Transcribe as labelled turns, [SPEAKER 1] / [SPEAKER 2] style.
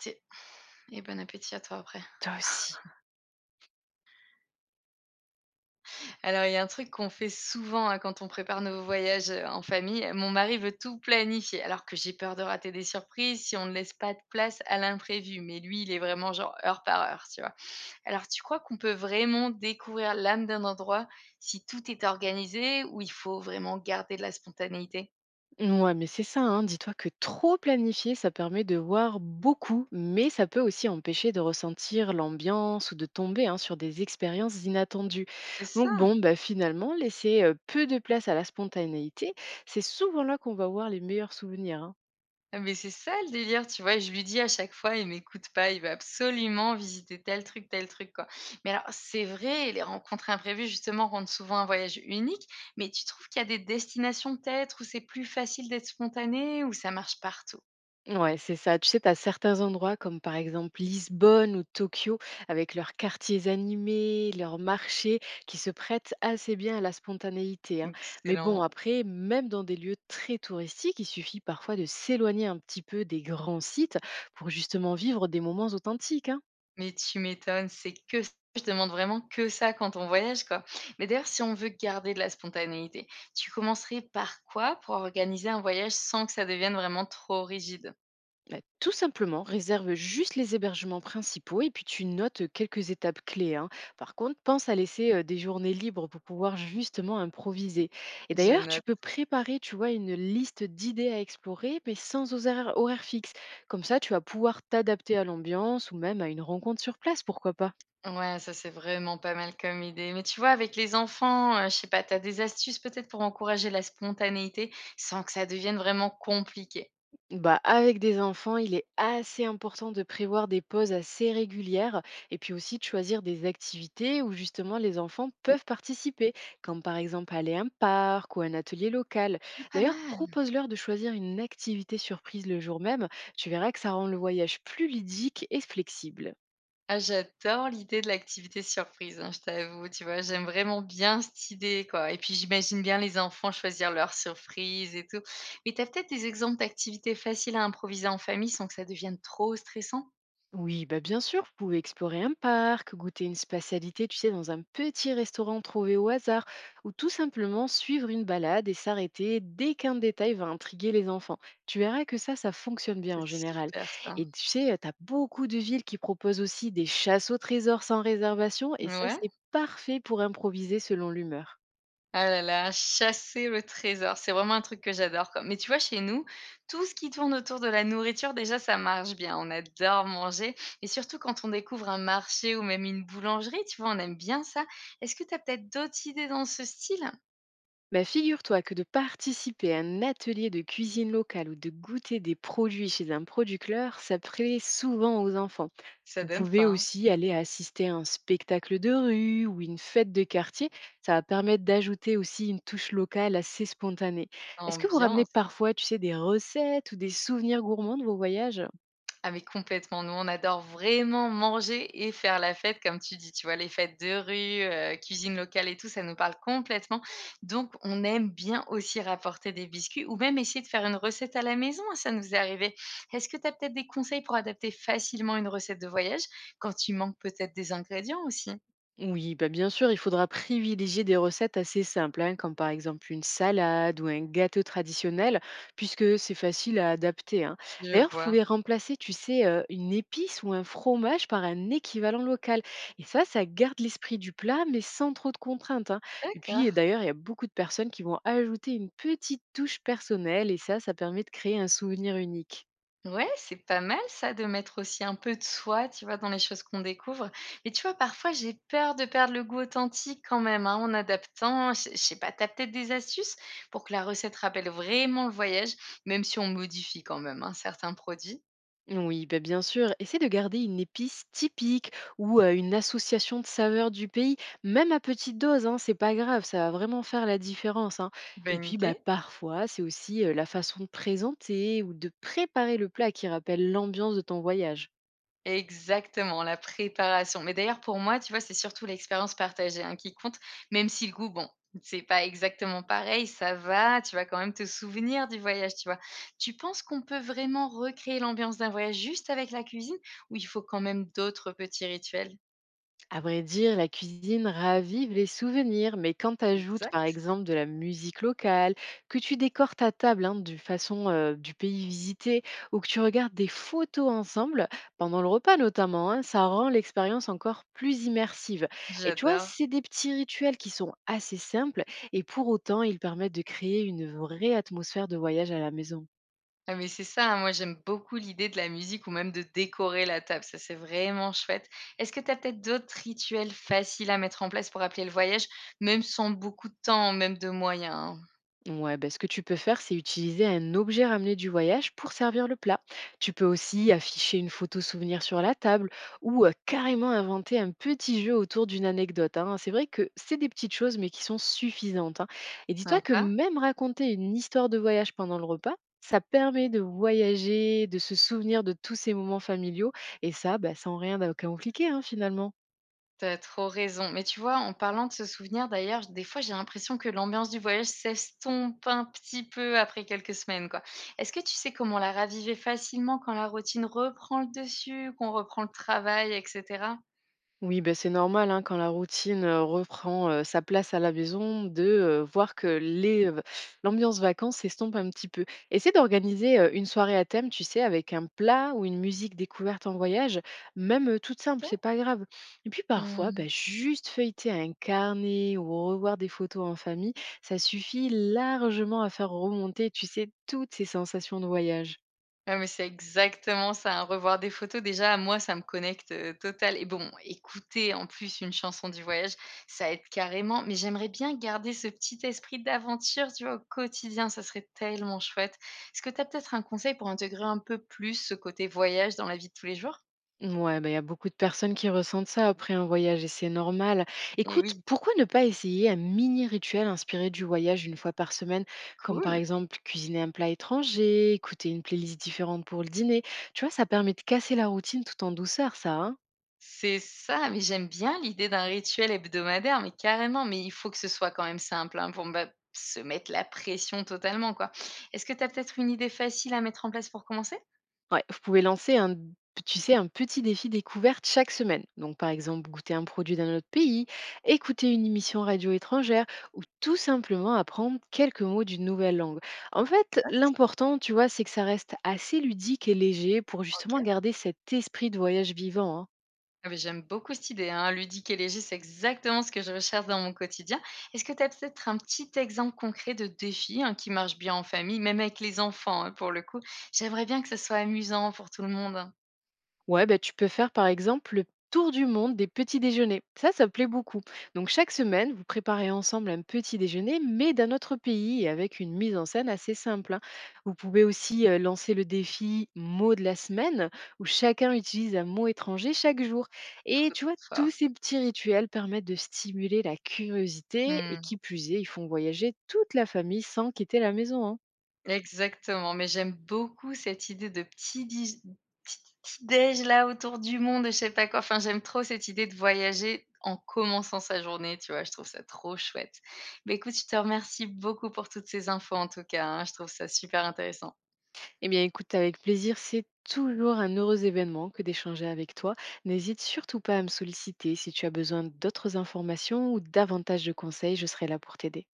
[SPEAKER 1] C'est et bon appétit à toi après.
[SPEAKER 2] Toi aussi.
[SPEAKER 1] Alors il y a un truc qu'on fait souvent, hein, quand on prépare nos voyages, en famille, mon mari veut tout planifier alors que j'ai peur de rater des surprises si on ne laisse pas de place à l'imprévu. Mais lui, il est vraiment genre heure par heure, tu vois? Alors tu crois qu'on peut vraiment découvrir l'âme d'un endroit si tout est organisé ou il faut vraiment garder de la spontanéité?
[SPEAKER 2] Ouais, mais c'est ça, hein. Dis-toi que trop planifier, ça permet de voir beaucoup, mais ça peut aussi empêcher de ressentir l'ambiance ou de tomber, hein, sur des expériences inattendues.
[SPEAKER 1] C'est
[SPEAKER 2] Donc
[SPEAKER 1] ça!
[SPEAKER 2] bon, bah, finalement, laisser peu de place à la spontanéité, c'est souvent là qu'on va voir les meilleurs souvenirs, hein.
[SPEAKER 1] Ah mais c'est ça le délire, tu vois? Et je lui dis à chaque fois, il m'écoute pas, il va absolument visiter tel truc, quoi. Mais alors, c'est vrai, les rencontres imprévues, justement, rendent souvent un voyage unique, mais tu trouves qu'il y a des destinations, peut-être, où c'est plus facile d'être spontané, où ça marche partout?
[SPEAKER 2] Ouais, c'est ça. Tu sais, tu as certains endroits comme par exemple Lisbonne ou Tokyo avec leurs quartiers animés, leurs marchés qui se prêtent assez bien à la spontanéité, hein. Mais bon,
[SPEAKER 1] Excellent.
[SPEAKER 2] après, même dans des lieux très touristiques, il suffit parfois de s'éloigner un petit peu des grands sites pour justement vivre des moments authentiques, hein.
[SPEAKER 1] Mais tu m'étonnes, c'est que ça. Je demande vraiment que ça quand on voyage, quoi. Mais d'ailleurs, si on veut garder de la spontanéité, tu commencerais par quoi pour organiser un voyage sans que ça devienne vraiment trop rigide?
[SPEAKER 2] Bah, tout simplement, réserve juste les hébergements principaux et puis tu notes quelques étapes clés, hein. Par contre, pense à laisser des journées libres pour pouvoir justement improviser. Et
[SPEAKER 1] Je
[SPEAKER 2] d'ailleurs, tu
[SPEAKER 1] note.
[SPEAKER 2] peux préparer, tu vois, une liste d'idées à explorer, mais sans horaire fixe. Comme ça, tu vas pouvoir t'adapter à l'ambiance ou même à une rencontre sur place, pourquoi pas.
[SPEAKER 1] Ouais, ça, c'est vraiment pas mal comme idée. Mais tu vois, avec les enfants, je sais pas, t'as des astuces peut-être pour encourager la spontanéité sans que ça devienne vraiment compliqué?
[SPEAKER 2] Bah, avec des enfants, il est assez important de prévoir des pauses assez régulières et puis aussi de choisir des activités où justement les enfants peuvent participer, comme par exemple aller à un parc ou un atelier local.
[SPEAKER 1] Ah, pas
[SPEAKER 2] D'ailleurs,
[SPEAKER 1] mal!
[SPEAKER 2] propose-leur de choisir une activité surprise le jour même. Tu verras que ça rend le voyage plus ludique et flexible.
[SPEAKER 1] Ah, j'adore l'idée de l'activité surprise, hein, je t'avoue, tu vois? J'aime vraiment bien cette idée, quoi et puis j'imagine bien les enfants choisir leur surprise et tout. Mais t'as peut-être des exemples d'activités faciles à improviser en famille sans que ça devienne trop stressant?
[SPEAKER 2] Oui, bah bien sûr, vous pouvez explorer un parc, goûter une spatialité, tu sais, dans un petit restaurant trouvé au hasard, ou tout simplement suivre une balade et s'arrêter dès qu'un détail va intriguer les enfants. Tu verras que ça fonctionne bien en
[SPEAKER 1] C'est
[SPEAKER 2] général.
[SPEAKER 1] super ça.
[SPEAKER 2] Et tu sais, tu as beaucoup de villes qui proposent aussi des chasses au trésor sans réservation, et ça,
[SPEAKER 1] Ouais.
[SPEAKER 2] c'est parfait pour improviser selon l'humeur.
[SPEAKER 1] Ah là là, chasser le trésor, c'est vraiment un truc que j'adore, quoi. Mais tu vois, chez nous, tout ce qui tourne autour de la nourriture, déjà, ça marche bien. On adore manger. Et surtout quand on découvre un marché ou même une boulangerie, tu vois, on aime bien ça. Est-ce que tu as peut-être d'autres idées dans ce style?
[SPEAKER 2] Bah, figure-toi que de participer à un atelier de cuisine locale ou de goûter des produits chez un producteur, ça plaît souvent aux enfants.
[SPEAKER 1] Ça
[SPEAKER 2] Vous
[SPEAKER 1] donne
[SPEAKER 2] pouvez
[SPEAKER 1] faim.
[SPEAKER 2] aussi aller assister à un spectacle de rue ou une fête de quartier. Ça va permettre d'ajouter aussi une touche locale assez spontanée.
[SPEAKER 1] Hein,
[SPEAKER 2] Est-ce que vous ramenez
[SPEAKER 1] ambiance.
[SPEAKER 2] parfois, tu sais, des recettes ou des souvenirs gourmands de vos voyages?
[SPEAKER 1] Ah mais complètement, nous on adore vraiment manger et faire la fête comme tu dis, tu vois? Les fêtes de rue, cuisine locale et tout, ça nous parle complètement. Donc on aime bien aussi rapporter des biscuits ou même essayer de faire une recette à la maison, hein, ça nous est arrivé. Est-ce que tu as peut-être des conseils pour adapter facilement une recette de voyage quand tu manques peut-être des ingrédients aussi?
[SPEAKER 2] Oui, bah bien sûr, il faudra privilégier des recettes assez simples, hein, comme par exemple une salade ou un gâteau traditionnel, puisque c'est facile à adapter, hein.
[SPEAKER 1] Je
[SPEAKER 2] D'ailleurs, vous
[SPEAKER 1] vois.
[SPEAKER 2] pouvez remplacer, tu sais, une épice ou un fromage par un équivalent local. Et ça garde l'esprit du plat, mais sans trop de contraintes, hein. Et
[SPEAKER 1] D'accord.
[SPEAKER 2] puis, d'ailleurs, il y a beaucoup de personnes qui vont ajouter une petite touche personnelle, et ça permet de créer un souvenir unique.
[SPEAKER 1] Ouais, c'est pas mal ça de mettre aussi un peu de soi, tu vois, dans les choses qu'on découvre. Mais tu vois, parfois, j'ai peur de perdre le goût authentique quand même, hein, en adaptant. Je sais pas, t'as peut-être des astuces pour que la recette rappelle vraiment le voyage, même si on modifie quand même hein, certains produits.
[SPEAKER 2] Oui, bah, bien sûr. Essaie de garder une épice typique ou une association de saveurs du pays, même à petite dose, hein, c'est pas grave, ça va vraiment faire la différence, hein. Et
[SPEAKER 1] Bonne
[SPEAKER 2] puis bah,
[SPEAKER 1] idée.
[SPEAKER 2] parfois, c'est aussi la façon de présenter ou de préparer le plat qui rappelle l'ambiance de ton voyage.
[SPEAKER 1] Exactement, la préparation. Mais d'ailleurs, pour moi, tu vois, c'est surtout l'expérience partagée, hein, qui compte, même si le goût, bon, c'est pas exactement pareil, ça va, tu vas quand même te souvenir du voyage, tu vois? Tu penses qu'on peut vraiment recréer l'ambiance d'un voyage juste avec la cuisine ou il faut quand même d'autres petits rituels?
[SPEAKER 2] À vrai dire, la cuisine ravive les souvenirs, mais quand tu ajoutes par
[SPEAKER 1] Exact.
[SPEAKER 2] exemple de la musique locale, que tu décores ta table, hein, de façon du pays visité ou que tu regardes des photos ensemble, pendant le repas notamment, hein, ça rend l'expérience encore plus immersive. Et tu vois,
[SPEAKER 1] J'adore.
[SPEAKER 2] c'est des petits rituels qui sont assez simples et pour autant, ils permettent de créer une vraie atmosphère de voyage à la maison.
[SPEAKER 1] Ah mais c'est ça, hein, moi j'aime beaucoup l'idée de la musique ou même de décorer la table, ça c'est vraiment chouette. Est-ce que tu as peut-être d'autres rituels faciles à mettre en place pour appeler le voyage, même sans beaucoup de temps, même de moyens, hein?
[SPEAKER 2] Ouais, ben, ce que tu peux faire, c'est utiliser un objet ramené du voyage pour servir le plat. Tu peux aussi afficher une photo souvenir sur la table ou carrément inventer un petit jeu autour d'une anecdote, hein. C'est vrai que c'est des petites choses, mais qui sont suffisantes, hein. Et dis-toi que
[SPEAKER 1] Sympa.
[SPEAKER 2] même raconter une histoire de voyage pendant le repas, ça permet de voyager, de se souvenir de tous ces moments familiaux. Et ça, ben, sans rien de compliqué, hein, finalement.
[SPEAKER 1] T'as trop raison. Mais tu vois, en parlant de ce souvenir d'ailleurs, des fois j'ai l'impression que l'ambiance du voyage s'estompe un petit peu après quelques semaines, quoi. Est-ce que tu sais comment la raviver facilement quand la routine reprend le dessus, qu'on reprend le travail, et cetera?
[SPEAKER 2] Oui, ben c'est normal, hein, quand la routine, reprend, sa place à la maison, voir que l'ambiance vacances s'estompe un petit peu. Essaie d'organiser, une soirée à thème, tu sais, avec un plat ou une musique découverte en voyage, même, toute simple,
[SPEAKER 1] OK.
[SPEAKER 2] c'est pas grave. Et puis parfois, ben juste feuilleter un carnet ou revoir des photos en famille, ça suffit largement à faire remonter, tu sais, toutes ces sensations de voyage.
[SPEAKER 1] Ouais mais c'est exactement ça, hein, revoir des photos déjà, moi ça me connecte, total et bon, écouter en plus une chanson du voyage, ça aide carrément, mais j'aimerais bien garder ce petit esprit d'aventure, tu vois, au quotidien, ça serait tellement chouette. Est-ce que tu as peut-être un conseil pour intégrer un peu plus ce côté voyage dans la vie de tous les jours?
[SPEAKER 2] Ouais, bah, il y a beaucoup de personnes qui ressentent ça après un voyage et c'est normal.
[SPEAKER 1] Eh
[SPEAKER 2] Écoute,
[SPEAKER 1] oui,
[SPEAKER 2] pourquoi ne pas essayer un mini rituel inspiré du voyage une fois par semaine, comme par
[SPEAKER 1] cool.
[SPEAKER 2] exemple cuisiner un plat étranger, écouter une playlist différente pour le dîner? Tu vois, ça permet de casser la routine tout en douceur, ça, hein?
[SPEAKER 1] C'est ça, mais j'aime bien l'idée d'un rituel hebdomadaire, mais carrément, mais il faut que ce soit quand même simple, hein, pour me pas se mettre la pression totalement, quoi. Est-ce que tu as peut-être une idée facile à mettre en place pour commencer?
[SPEAKER 2] Ouais, vous pouvez tu sais, un petit défi découverte chaque semaine. Donc, par exemple, goûter un produit d'un autre pays, écouter une émission radio étrangère ou tout simplement apprendre quelques mots d'une nouvelle langue. En fait,
[SPEAKER 1] Note.
[SPEAKER 2] l'important, tu vois, c'est que ça reste assez ludique et léger pour justement
[SPEAKER 1] OK.
[SPEAKER 2] garder cet esprit de voyage vivant, hein.
[SPEAKER 1] Ah beh, j'aime beaucoup cette idée, hein, ludique et léger, c'est exactement ce que je recherche dans mon quotidien. Est-ce que tu as peut-être un petit exemple concret de défi, hein, qui marche bien en famille, même avec les enfants, hein, pour le coup? J'aimerais bien que ce soit amusant pour tout le monde, hein.
[SPEAKER 2] Ouais, bah, tu peux faire par exemple le tour du monde des petits déjeuners. Ça plaît beaucoup. Donc chaque semaine, vous préparez ensemble un petit déjeuner, mais d'un autre pays et avec une mise en scène assez simple, hein. Vous pouvez aussi lancer le défi mot de la semaine, où chacun utilise un mot étranger chaque jour. Et
[SPEAKER 1] Trop,
[SPEAKER 2] tu
[SPEAKER 1] trop
[SPEAKER 2] vois, tous
[SPEAKER 1] fort.
[SPEAKER 2] ces petits rituels permettent de stimuler la curiosité et
[SPEAKER 1] Mmh.
[SPEAKER 2] qui plus est, ils font voyager toute la famille sans quitter la maison, hein.
[SPEAKER 1] Exactement, mais j'aime beaucoup cette idée de petit petit déj là autour du monde, je sais pas quoi. Enfin, j'aime trop cette idée de voyager en commençant sa journée, tu vois? Je trouve ça trop chouette. Mais écoute, je te remercie beaucoup pour toutes ces infos en tout cas, hein. Je trouve ça super intéressant.
[SPEAKER 2] Eh bien, écoute, avec plaisir, c'est toujours un heureux événement que d'échanger avec toi. N'hésite surtout pas à me solliciter si tu as besoin d'autres informations ou davantage de conseils, je serai là pour t'aider.